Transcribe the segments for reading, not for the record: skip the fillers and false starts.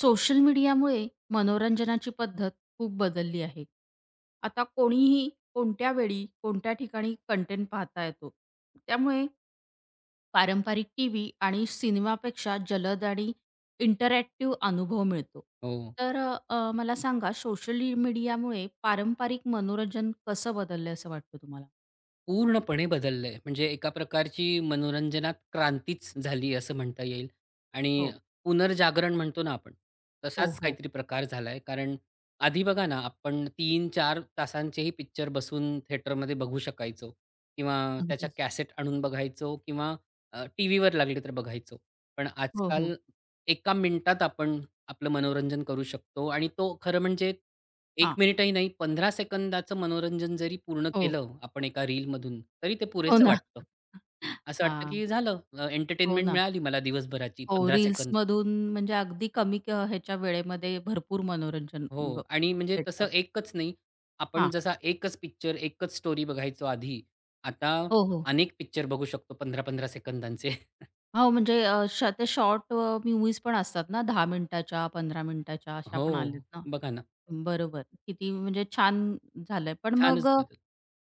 Social मीडियामुळे मनोरंजनाची पद्धत खूप बदलली आहे. आता कोणीही कोणत्या वेळी, कोणत्या ठिकाणी कंटेंट पाहता येतो. त्यामुळे पारंपरिक टीव्ही आणि सिनेमापेक्षा जलद आणि इंटरॅक्टिव्ह अनुभव मिळतो. हो. तर मला सांगा सोशल मीडियामुळे पारंपरिक मनोरंजन कसं बदललं असं वाटतं तुम्हाला? पूर्णपणे बदललंय. म्हणजे एका प्रकारची मनोरंजनात क्रांतीच झाली असं म्हणता येईल. आणि हो, पुनर्जागरण म्हणतो ना आपण, हो, तसाच हो. काहीतरी प्रकार झालाय. कारण आधी बघा ना, आपण 3-4 तासांचेही पिक्चर बसून थिएटरमध्ये बघू शकायचो किंवा त्याच्या अगदीच. कॅसेट आणून बघायचो किंवा टीव्हीवर लागले तर बघायचो. पण हो, हो. आजकाल एका मिनिटात आपण आपलं मनोरंजन करू शकतो आणि तो खरं म्हणजे एक हां. मिनिटही नाही, 15 सेकंदाचं मनोरंजन जरी पूर्ण हो. केलं आपण एका रीलमधून, तरी ते हो पुरेसं ना. वाटतं. असं वाटतं हां. की झालं हो एंटरटेनमेंट ना. मिळाली मला दिवसभराची हो, 15 सेकंद. रील्समधून म्हणजे अगदी कमी ह्याच्या वेळेमध्ये भरपूर मनोरंजन हो ब आणि म्हणजे तसं भेटतं. एकच नाही. आपण हां. जसा एकच पिक्चर, एकच स्टोरी बघायचो आधी, आता हो, हो. अनेक पिक्चर बघू शकतो 15-15 सेकंदांचे. हो, म्हणजे ते शॉर्ट मूव्हीज पण असतात ना 10 मिनिटाच्या, 15 मिनिटाच्या अशा हो, पण आल्यात ना. बघा ना. बरोबर. किती म्हणजे छान झालंय. पण मग छानच बदल.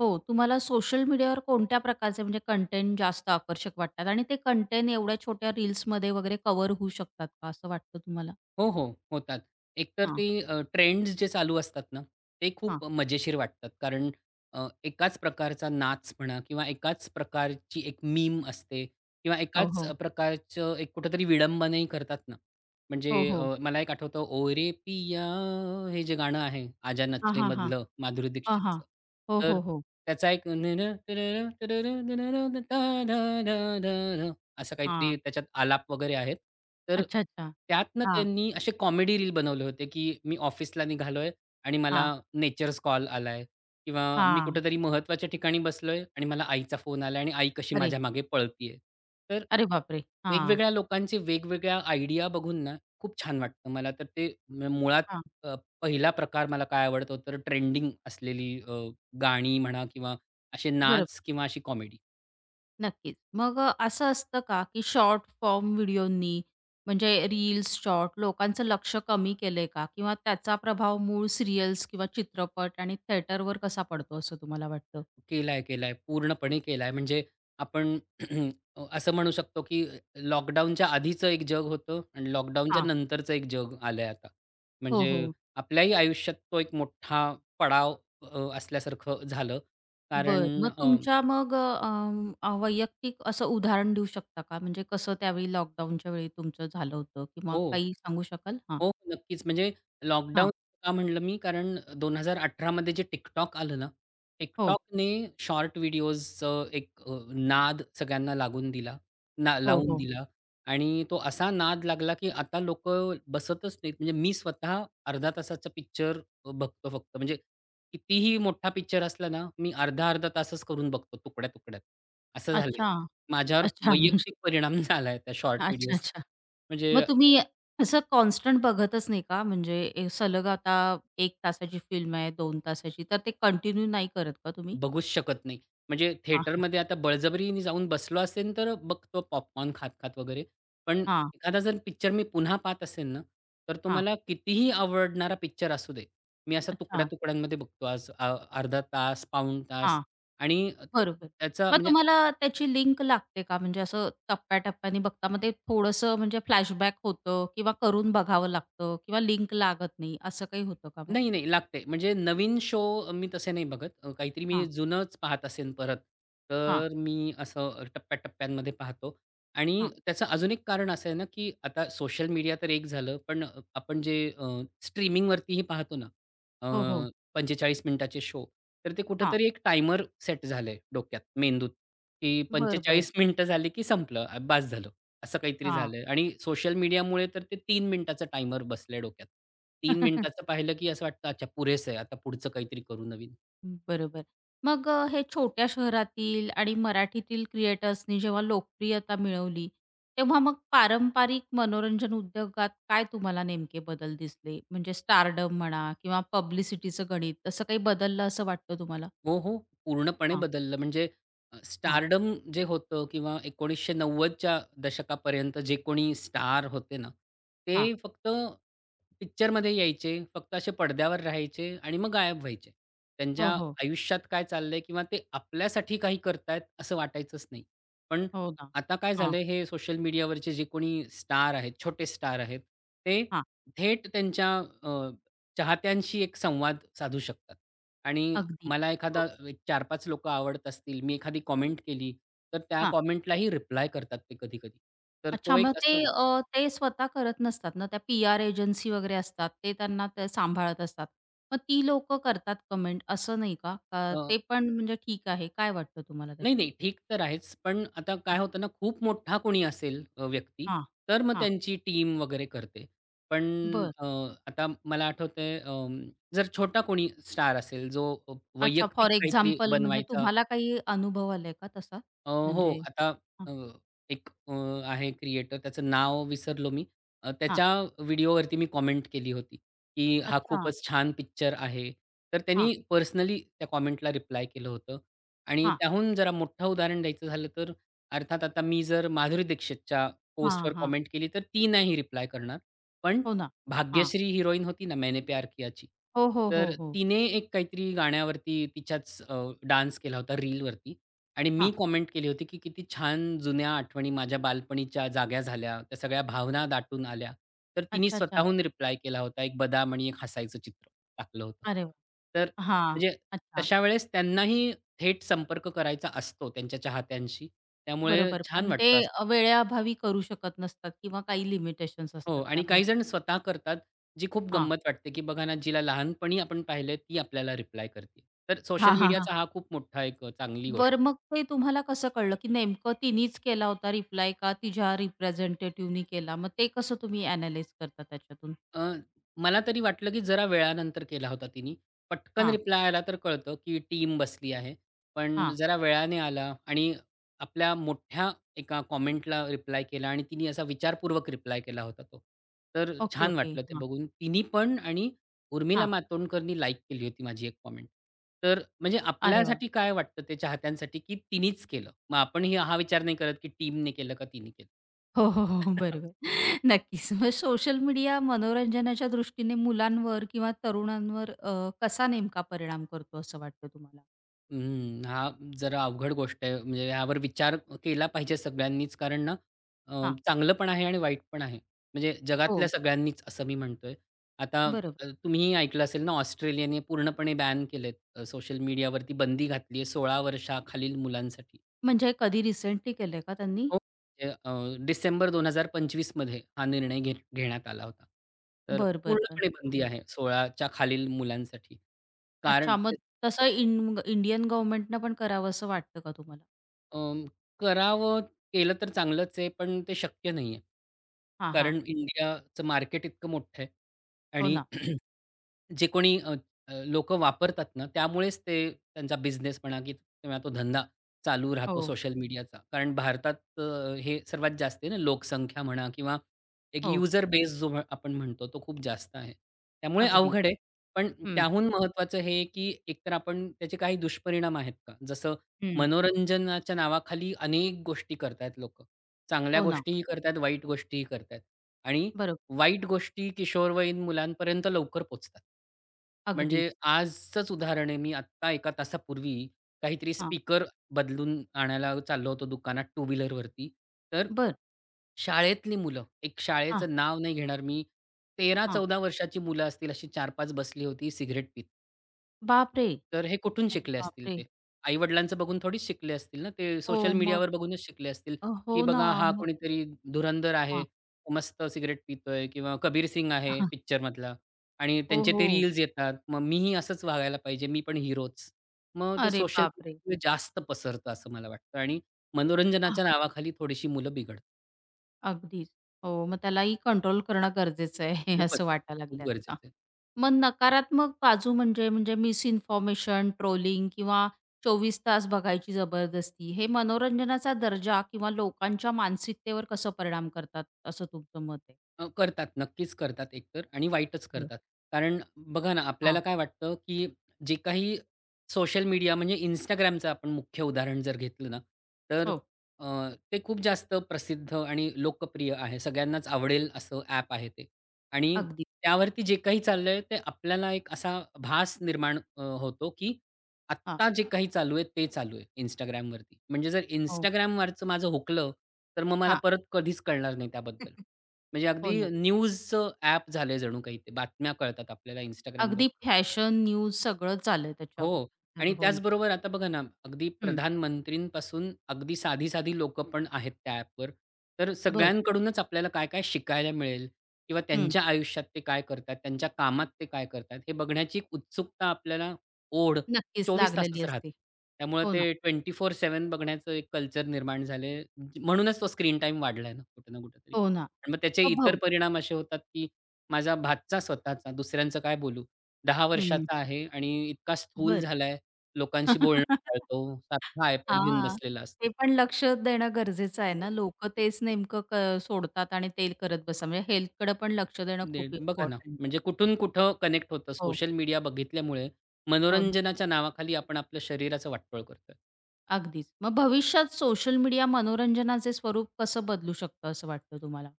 हो, तुम्हाला सोशल मीडियावर कोणत्या प्रकारचे म्हणजे कंटेंट जास्त आकर्षक वाटतात आणि ते कंटेंट एवढ्या छोट्या रील्समध्ये वगैरे कव्हर होऊ शकतात का असं वाटतं तुम्हाला? हो, हो. होतात. एकतर हां, ते ट्रेंड्स जे चालू असतात ना, ते हां. खूप मजेशीर वाटतात. कारण एकाच प्रकारचा नाच म्हणा किंवा एकाच प्रकारची एक मीम असते किंवा हो, एकाच हो. प्रकारचं एक कुठेतरी विडंबनही करतात ना. म्हणजे हो, हो. मला एक आठवतं, "ओ रे पिया" हे जे गाणं आहे, "आजा हां, नचले" हां, हां. मधलं माधुरी हां, हां. दीक्षितचं. हो, तर हो, हो. त्याचा एक न- न- न- न- न- न- न- न- न- न- न- न- न- न- न- न- असं काहीतरी हां. त्याच्यात आलाप वगैरे आहेत. तर अच्छा, अच्छा. त्यातनं हां, त्यांनी असे कॉमेडी रील बनवले होते, की मी ऑफिसला निघालोय आणि मला हां, नेचर्स कॉल आलाय किंवा मी हां. कुठेतरी महत्त्वाच्या ठिकाणी बसलोय आणि मला आईचा फोन आलाय आणि आई कशी अरे, माझ्या मागे पळतीये. तर अरे बापरे! हां, वेगवेगळ्या लोकांचे वेगवेगळ्या आयडिया बघून ना, खूप छान वाटतं मला. तर ते मुळात हां. अ, पहिला प्रकार मला काय आवडतो तर ट्रेंडिंग असलेली गाणी म्हणा किंवा असे नाच बरोबर. किंवा अशी कॉमेडी. नक्कीच. मग असं असतं का, की शॉर्ट फॉर्म व्हिडिओंनी म्हणजे रील्स, शॉर्ट लोकांचं लक्ष कमी केलंय का? किंवा त्याचा प्रभाव मूळ सीरियल्स किंवा चित्रपट आणि थिएटरवर कसा पडतो असं तुम्हाला वाटतं? केलाय, केलाय. पूर्णपणे केलाय. म्हणजे आपण असं म्हणू शकतो, की लॉकडाऊनच्या आधीचं एक जग होतं आणि लॉकडाऊनच्या हां. नंतरचं एक जग आलंय आता. हो, म्हणजे हो. आपल्याही आयुष्यात तो एक मोठा पडाव असल्यासारखं झालं. बरं. मग कारण तुमच्या मग वैयक्तिक असं उदाहरण देऊ शकता का? म्हणजे कसं त्यावेळी लॉकडाऊनच्या वेळी तुमचं झालं होतं किंवा हो. काही सांगू शकाल? हां, हो, हो, नक्कीच. म्हणजे हां. लॉकडाऊन का म्हटलं मी कारण 2018 मध्ये जे TikTok आलं ना, हो, TikTokने शॉर्ट व्हिडिओजचं एक नाद सगळ्यांना लागून दिला ना हो, लावून हो. दिला आणि तो असा नाद लागला, की आता लोकं बसतच नाहीत. म्हणजे मी स्वतः अर्धा तासाचा पिक्चर बघतो फक्त. म्हणजे कितीही मोठा पिक्चर असला ना, मी अर्धा-अर्धा तासच करून बघतो तुकड्या-तुकड्यात. असं झालंय. अच्छा. माझ्यावर अच्छा. म्हणजे वैयक्तिक परिणाम झालाय त्या शॉर्ट अच्छा, व्हिडिओज अच्छा. मग म्हणजे तुम्ही असं कॉन्स्टंट बघतच नाही का? म्हणजे सलग आता 1 तासाची फिल्म आहे, 2 तासाची, तर ते कंटिन्यू नाही करत का तुम्ही? बघूच शकत नाही. म्हणजे हां, थिएटरमध्ये आता बळजबरीने जाऊन बसलो असेन, तर बघतो पॉपकॉर्न खात-खात वगैरे. पण हां. एखादा जर पिक्चर मी पुन्हा पाहत असेन ना, तर तो हां. मला कितीही आवडणारा पिक्चर असू दे, मी असा अच्छा. तुकड्या-तुकड्यांमध्ये बघतो. आज अर्धा तास, पाऊण तास हां. आणि बरोबर. त्याचा मग म्हणजे तुम्हाला त्याची लिंक लागते का? म्हणजे असं टप्प्या-टप्प्याने बघता मग ते थोडंसं म्हणजे फ्लॅशबॅक होतं किंवा करून बघावं लागतं किंवा लिंक लागत नाही, असं काही होतं का मग? नाही, नाही लागते. म्हणजे नवीन शो मी तसे नाही बघत. काहीतरी मी हां, जुनंच पाहत असेन परत, हां, तर मी असं टप्प्या-टप्प्यांमध्ये पाहतो. आणि हां. त्याचं अजून एक कारण असं आहे ना, की आता सोशल मीडिया तर एक झालं, पण आपण जे स्ट्रीमिंगवरतीही पाहतो ना, अ, हो, हो. 45 मिनिटाचे शो, तर ते हां. कुठेतरी एक टायमर सेट झालंय डोक्यात, मेंदूत, की बरं, बरं. 45 मिनिटं झाली की संपलं, बास झालं. असं काहीतरी हां. झालंय आणि सोशल मीडियामुळे तर ते 3 मिनिटाचा टायमर बसलाय डोक्यात. 3 मिनिटाचं पाहिलं की असं वाटतं, अच्छा पुरेसं आहे. आता पुढचं काहीतरी करू नवीन. बरोबर. मग हे छोट्या शहरातील आणि मराठीतील क्रिएटर्सनी जेव्हा लोकप्रियता मिळवली, तेव्हा मग पारंपरिक मनोरंजन उद्योगात काय तुम्हाला नेमके बदल दिसले? म्हणजे स्टारडम म्हणा किंवा पब्लिसिटीचं गणित, तसं काही बदललं असं वाटतं तुम्हाला? हो, हो. पूर्णपणे हां, बदललं. म्हणजे हां, स्टारडम जे होतं किंवा 1990 च्या दशकापर्यंत जे कोणी स्टार होते ना, ते हां. फक्त पिक्चरमध्ये यायचे, फक्त असे पडद्यावर राहायचे आणि मग गायब व्हायचे. त्यांच्या हो, हो. आयुष्यात काय चाललंय किंवा ते आपल्यासाठी काही करतायत असं वाटायचंच नाही. पण हो ना. आता काय हां, झालंय हे सोशल मीडियावरचे जे कोणी स्टार आहेत, छोटे स्टार आहेत, ते हां. थेट त्यांच्या अ, चाहत्यांशी एक संवाद साधू शकतात आणि अगदी. मला हो. एखादा एक 4-5 लोकं आवडत असतील, मी एखादी कॉमेंट केली, तर त्या कॉमेंटलाही रिप्लाय करतात ते कधी-कधी. तर तो अच्छा, मग एक ते असं ते स्वतः करत नसतात ना, त्या पी-आर एजन्सी वगैरे असतात, ते त्यांना ते सांभाळत असतात. मग ती लोकं करतात कमेंट असं नाही का? का अ, ते पण म्हणजे ठीक आहे? काय वाटतं तुम्हाला नाही, नाही त्याच्याबद्दल? ठीक तर आहेच, पण आता काय हां, होतं ना, खूप मोठा कोणी असेल व्यक्ती, हां, तर मग हां. त्यांची टीम वगैरे करते. पण बरं. अ, आता मला आठवतंय जर छोटा कोणी स्टार असेल, जो अच्छा, फॉर वैयक्तिक काहीतरी एक्झाम्पल म्हणजे बनवायचा तुम्हाला काही अनुभव आलाय का तसा? हो. म्हणजे आता हां, अ, एक आहे क्रिएटर त्याचं नाव विसरलो मी. हां. त्याच्या व्हिडिओवरती मी कॉमेंट केली होती, की हा अच्छा. खूपच छान पिक्चर आहे. तर हां, त्यांनी पर्सनली त्या कॉमेंटला रिप्लाय केलं होतं आणि हां, त्याहून जरा मोठं उदाहरण द्यायचं झालं तर अर्थात आता मी जर माधुरी दीक्षितच्या हां, पोस्टवर हां. कॉमेंट केली तर ती नाही रिप्लाय करणार. पण हो ना. हां. भाग्यश्री हिरोईन होती ना मैंने प्यार कियाची. हो, हो, हो, तर हो. तिने एक काहीतरी गाण्यावरती तिच्याच डान्स केला होता रीलवरती. आणि मी हां. कॉमेंट केली होती, की किती छान जुन्या आठवणी माझ्या बालपणीच्या जाग्या झाल्या. त्या सगळ्या भावना दाटून आल्या. तर तिने अच्छा, अच्छा. स्वतःहून रिप्लाय केला होता. एक बदाम आणि एक हसायचं चित्र टाकलं होतं. अरे वाह! तर हां. म्हणजे अच्छा. तशा वेळेस त्यांनाही थेट संपर्क करायचा असतो त्यांच्या चाहत्यांशी. त्यामुळे बरोबर. छान पण ते वाटतं असं. वेळेअभावी करू शकत नसतात किंवा काही लिमिटेशन्स हो असतात आणि त्यामुळे काही जण स्वतः करतात, जी खूप हां. गंमत वाटते, की बघा ना, जिला लहानपणी आपण पाहिलंय ती आपल्याला रिप्लाय करते. तर सोशल हां, हां, हां. मीडियाचा हा खूप मोठा एक चांगली गोष्ट बरं आहे. मग ते तुम्हाला कसं कळलं, की नेमकं तिनेच केला होता रिप्लाय का तिच्या रिप्रेझेंटेटिव्हनी केला? मग ते कसं तुम्ही अॅनालाईज करता त्याच्यातून? अ, मला तरी वाटलं, की जरा वेळानंतर केला होता तिनी. पटकन हां, रिप्लाय आला तर कळतं, की टीम बसली आहे. पण हां. जरा वेळाने आला आणि आपल्या मोठ्या एका कॉमेंटला रिप्लाय केला आणि तिने असा विचारपूर्वक रिप्लाय केला होता तो. तर ओके, छान ओके. वाटलं ते हां, बघून. तिनी पण आणि उर्मिला हां. मातोंडकरनी लाइक केली होती माझी एक कॉमेंट. तर म्हणजे अरे वाह! आपल्यासाठी काय वाटतं ते चाहत्यांसाठी, की तिनीच केलं. मग आपण ही हा विचार नाही करत, की टीमने केलं का तिने केलं. हो, हो, हो, हो. बरोबर. नक्कीच. मग सोशल मीडिया मनोरंजनाच्या दृष्टीने मुलांवर किंवा तरुणांवर कसा नेमका परिणाम करतो असं वाटतं तुम्हाला? हं, हां, जरा अवघड गोष्ट आहे. म्हणजे यावर विचार केला पाहिजे सगळ्यांनीच कारण ना अ, हां. चांगलं पण आहे आणि वाईट पण आहे. म्हणजे जगातल्या हो. सगळ्यांनीच असं मी म्हणतोय. आता बरोबर. तुम्हीही ऐकलं असेल ना ऑस्ट्रेलियाने पूर्णपणे बॅन केलेत सोशल मीडियावरती बंदी घातली आहे 16 वर्षाखालील मुलांसाठी. म्हणजे कधी रिसेंटली केलंय का त्यांनी? हो. म्हणजे डिसेंबर 2025 मध्ये हा निर्णय घेण्यात आला होता. तर बर बर बरं. पूर्णपणे हां. बंदी आहे 16च्या खालील मुलांसाठी. कारण अच्छा मग तसं इंडियन गव्हर्नमेंटनं पण करावं असं वाटतं का तुम्हाला? अं, करावं केलं तर चांगलंच आहे, पण ते शक्य नाहीये. हां, हां. कारण हं. इंडियाचं मार्केट इतकं मोठं आहे हो आणि ना. जे कोणी अ, अ, लोकं वापरतात ना, त्यामुळेच ते त्यांचा बिझनेस म्हणा की किंवा तो धंदा चालू राहतो हो, सोशल मीडियाचा. कारण भारतात हे सर्वात जास्त आहे ना, लोकसंख्या म्हणा किंवा एक हो. युजर बेस जो आपण म्हणतो तो खूप जास्त आहे. त्यामुळे अगदीच. अवघड आहे. पण हं, त्याहून महत्त्वाचं हे आहे की एकतर आपण त्याचे काही दुष्परिणाम आहेत का? जसं हं. मनोरंजनाच्या नावाखाली अनेक गोष्टी करतायत लोकं. चांगल्या हो ना. गोष्टीही करतायत, वाईट गोष्टीही करतायत आणि बरोबर. वाईट गोष्टी किशोरवयीन मुलांपर्यंत लवकर पोहोचतात. म्हणजे अगदीच. आजचंच उदाहरण आहे. मी आत्ता 1 तासापूर्वी काहीतरी हां. स्पीकर बदलून आणायला चाललो होतो दुकानात टू व्हीलरवरती. तर बर शाळेतली मुलं, एक हां, शाळेचं नाव नाही घेणार मी, 13 हां. 14 वर्षाची मुलं असतील अशी 4-5 बसली होती सिगारेट पीत. बापरे! तर हे कुठून अरे शिकले असतील बापरे! ते? आई-वडिलांचं बघून थोडीच शिकले असतील ना ते. हो सोशल मग मीडियावर बघूनच शिकले असतील, की हो ना. बघा हा मग कोणीतरी धुरंधर आहे, हां. मस्त सिगारेट पितोय किंवा कबीर सिंग आहे हो, पिक्चरमधला आणि त्यांचे हो. ते रील्स येतात. मग मीही असंच वागायला पाहिजे, मी पण हीरोच. मग ते अरे सोशल बापरे! जास्त पसरतं असं मला वाटतं आणि मनोरंजनाच्या नावाखाली थोडीशी मुलं बिघडतात. अगदीच. हो, मग त्यालाही कंट्रोल करणं गरजेचं आहे हे खूपच, असं वाटायला खूप लागलंय आता. गरजेचं आहे. मग नकारात्मक बाजू म्हणजे, म्हणजे मिसइन्फॉर्मेशन, ट्रोलिंग किंवा 24 तास बघायची जबरदस्ती, हे मनोरंजनाचा दर्जा किंवा लोकांच्या मानसिकतेवर कसं परिणाम करतात, असं तुमचं मत आहे? करतात. नक्कीच करतात एकतर आणि वाईटच बरं. करतात. कारण बघा ना, हां, आपल्याला काय वाटतं, की जे काही सोशल मीडिया म्हणजे Instagramचं आपण मुख्य उदाहरण जर घेतलं ना, तर हो, अ, ते खूप जास्त प्रसिद्ध आणि लोकप्रिय आहे. सगळ्यांनाच आवडेल असं ॲप आहे ते. आणि अगदी. त्यावरती जे काही चाललंय ते आपल्याला एक असा भास निर्माण होतो, की हां, आत्ता जे काही चालू आहे ते चालू आहे Instagramवरती. म्हणजे जर हो, Instagramवरचं माझं हुकलं, तर मग मला हां, परत कधीच कळणार नाही त्याबद्दल. म्हणजे अगदी हो ना. न्यूजचं ॲप झालंय जणू काही ते. बातम्या कळतात आपल्याला Instagramवर. अगदी फॅशन, न्यूज सगळंच आलंय त्याच्यावर. हो. तर आणि हो ना. त्याचबरोबर आता बघा ना, अगदी हं, प्रधानमंत्रींपासून अगदी साधी-साधी लोकं पण आहेत त्या ॲपवर. तर बरं. सगळ्यांकडूनच आपल्याला काय-काय शिकायला मिळेल किंवा हं, त्यांच्या आयुष्यात ते काय करतात, त्यांच्या कामात ते काय करतात, हे बघण्याची एक उत्सुकता आपल्याला ओढ नक्कीच 24 लागलेली तासच राहते. असते. त्यामुळे हो ना, ते 24/7 बघण्याचं एक कल्चर निर्माण झाले. म्हणूनच तो स्क्रीन टाईम वाढलाय ना, कुठे ना कुठेतरी. हो ना. आणि मग त्याचे मग इतर भव परिणाम असे होतात, की माझा भातचा स्वतःचा, दुसऱ्यांचं काय बोलू? दहा हं. वर्षाचा आहे आणि इतका स्थूल बरं. झालाय, हां. लोकांशी बोलणं टाळतो, सारखा iPad घेऊन बसलेला असतो. ते पण लक्ष देणं गरजेचं आहे ना. लोक तेच नेमकं सोडतात आणि ते करत बसा. म्हणजे हेल्थकडे पण लक्ष देणं दे खूप बघा ना, इम्पोर्टंट आहे. म्हणजे कुठून कुठं कनेक्ट होतं हो, सोशल मीडिया बघितल्यामुळे हो ना. मनोरंजनाच्या नावाखाली आपण आपल्या शरीराचं वाटोळ करतोय. अगदीच. मग भविष्यात सोशल मीडिया मनोरंजनाचे स्वरूप कसं बदलू शकतं असं वाटतं तुम्हाला?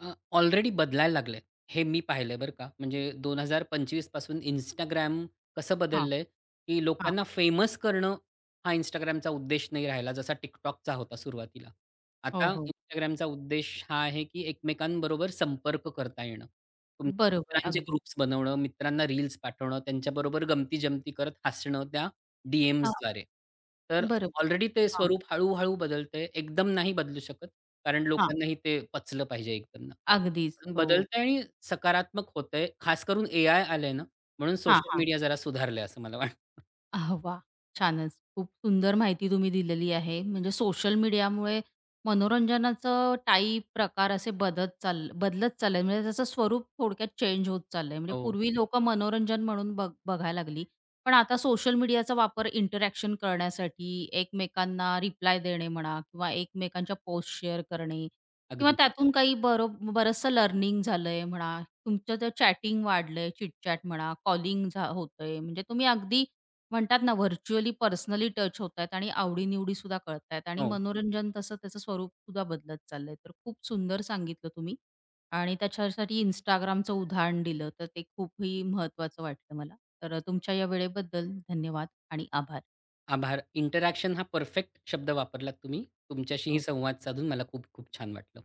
अ, ऑलरेडी बदलायला लागलंय. हे मी पाहिलंय बरं का. म्हणजे 2025 पासून Instagram कसं हां, बदललंय, की हां. लोकांना फेमस करणं हा Instagramचा उद्देश नाही राहिला, जसा TikTokचा होता सुरुवातीला. हो, आता हो. Instagramचा उद्देश हा आहे, की एकमेकांबरोबर संपर्क करता येणं. तुमच्या बरोबर. मित्रांचे अगदीच. ग्रुप्स बनवणं, मित्रांना रील्स पाठवणं, त्यांच्याबरोबर गमती-जमती करत हसणं त्या डी हां, तर बरोबर. ऑलरेडी ते हां, स्वरूप हळू बदलतंय. एकदम नाही बदलू शकत. कारण हां. लोकांनाही ते पचलं पाहिजे एकदम ना. अगदीच. पण हो. बदलतंय आणि सकारात्मक होतंय. खास करून एआय आलंय ना, म्हणून हां, सोशल हां. मीडिया जरा सुधारलंय असं मला वाटतं. आह वाह! छानच. खूप सुंदर माहिती तुम्ही दिलेली आहे. म्हणजे सोशल मीडियामुळे मनोरंजनाचं टाईप, प्रकार असे बदत चाल बदलत चाललंय. म्हणजे त्याचं स्वरूप थोडक्यात चेंज होत चाललंय. म्हणजे हो, पूर्वी लोकं मनोरंजन म्हणून बघायला लागली. पण आता सोशल मीडियाचा वापर इंटरॅक्शन करण्यासाठी, एकमेकांना रिप्लाय देणे म्हणा किंवा एकमेकांच्या पोस्ट शेअर करणे किंवा अगदी. त्यातून काही बरचसं लर्निंग झालंय म्हणा. तुमचं ते चॅटिंग वाढलंय, चिट म्हणा, कॉलिंग होतंय. म्हणजे तुम्ही अगदी म्हणतात ना व्हर्च्युअली पर्सनली टच होत आहेत आणि आवडीनिवडी सुद्धा कळतायत आणि हो. मनोरंजन तसं त्याचं स्वरूप सुद्धा बदलत चाललंय. तर खूप सुंदर सांगितलं तुम्ही आणि त्याच्यासाठी Instagramचं उदाहरण दिलं, तर ते खूपही महत्त्वाचं वाटलं मला. तर तुमच्या या वेळेबद्दल धन्यवाद आणि आभार. आभार. इंटरॅक्शन हा परफेक्ट शब्द वापरलात तुम्ही. तुमच्याशीही हो. संवाद साधून मला खूप खूप छान वाटलं.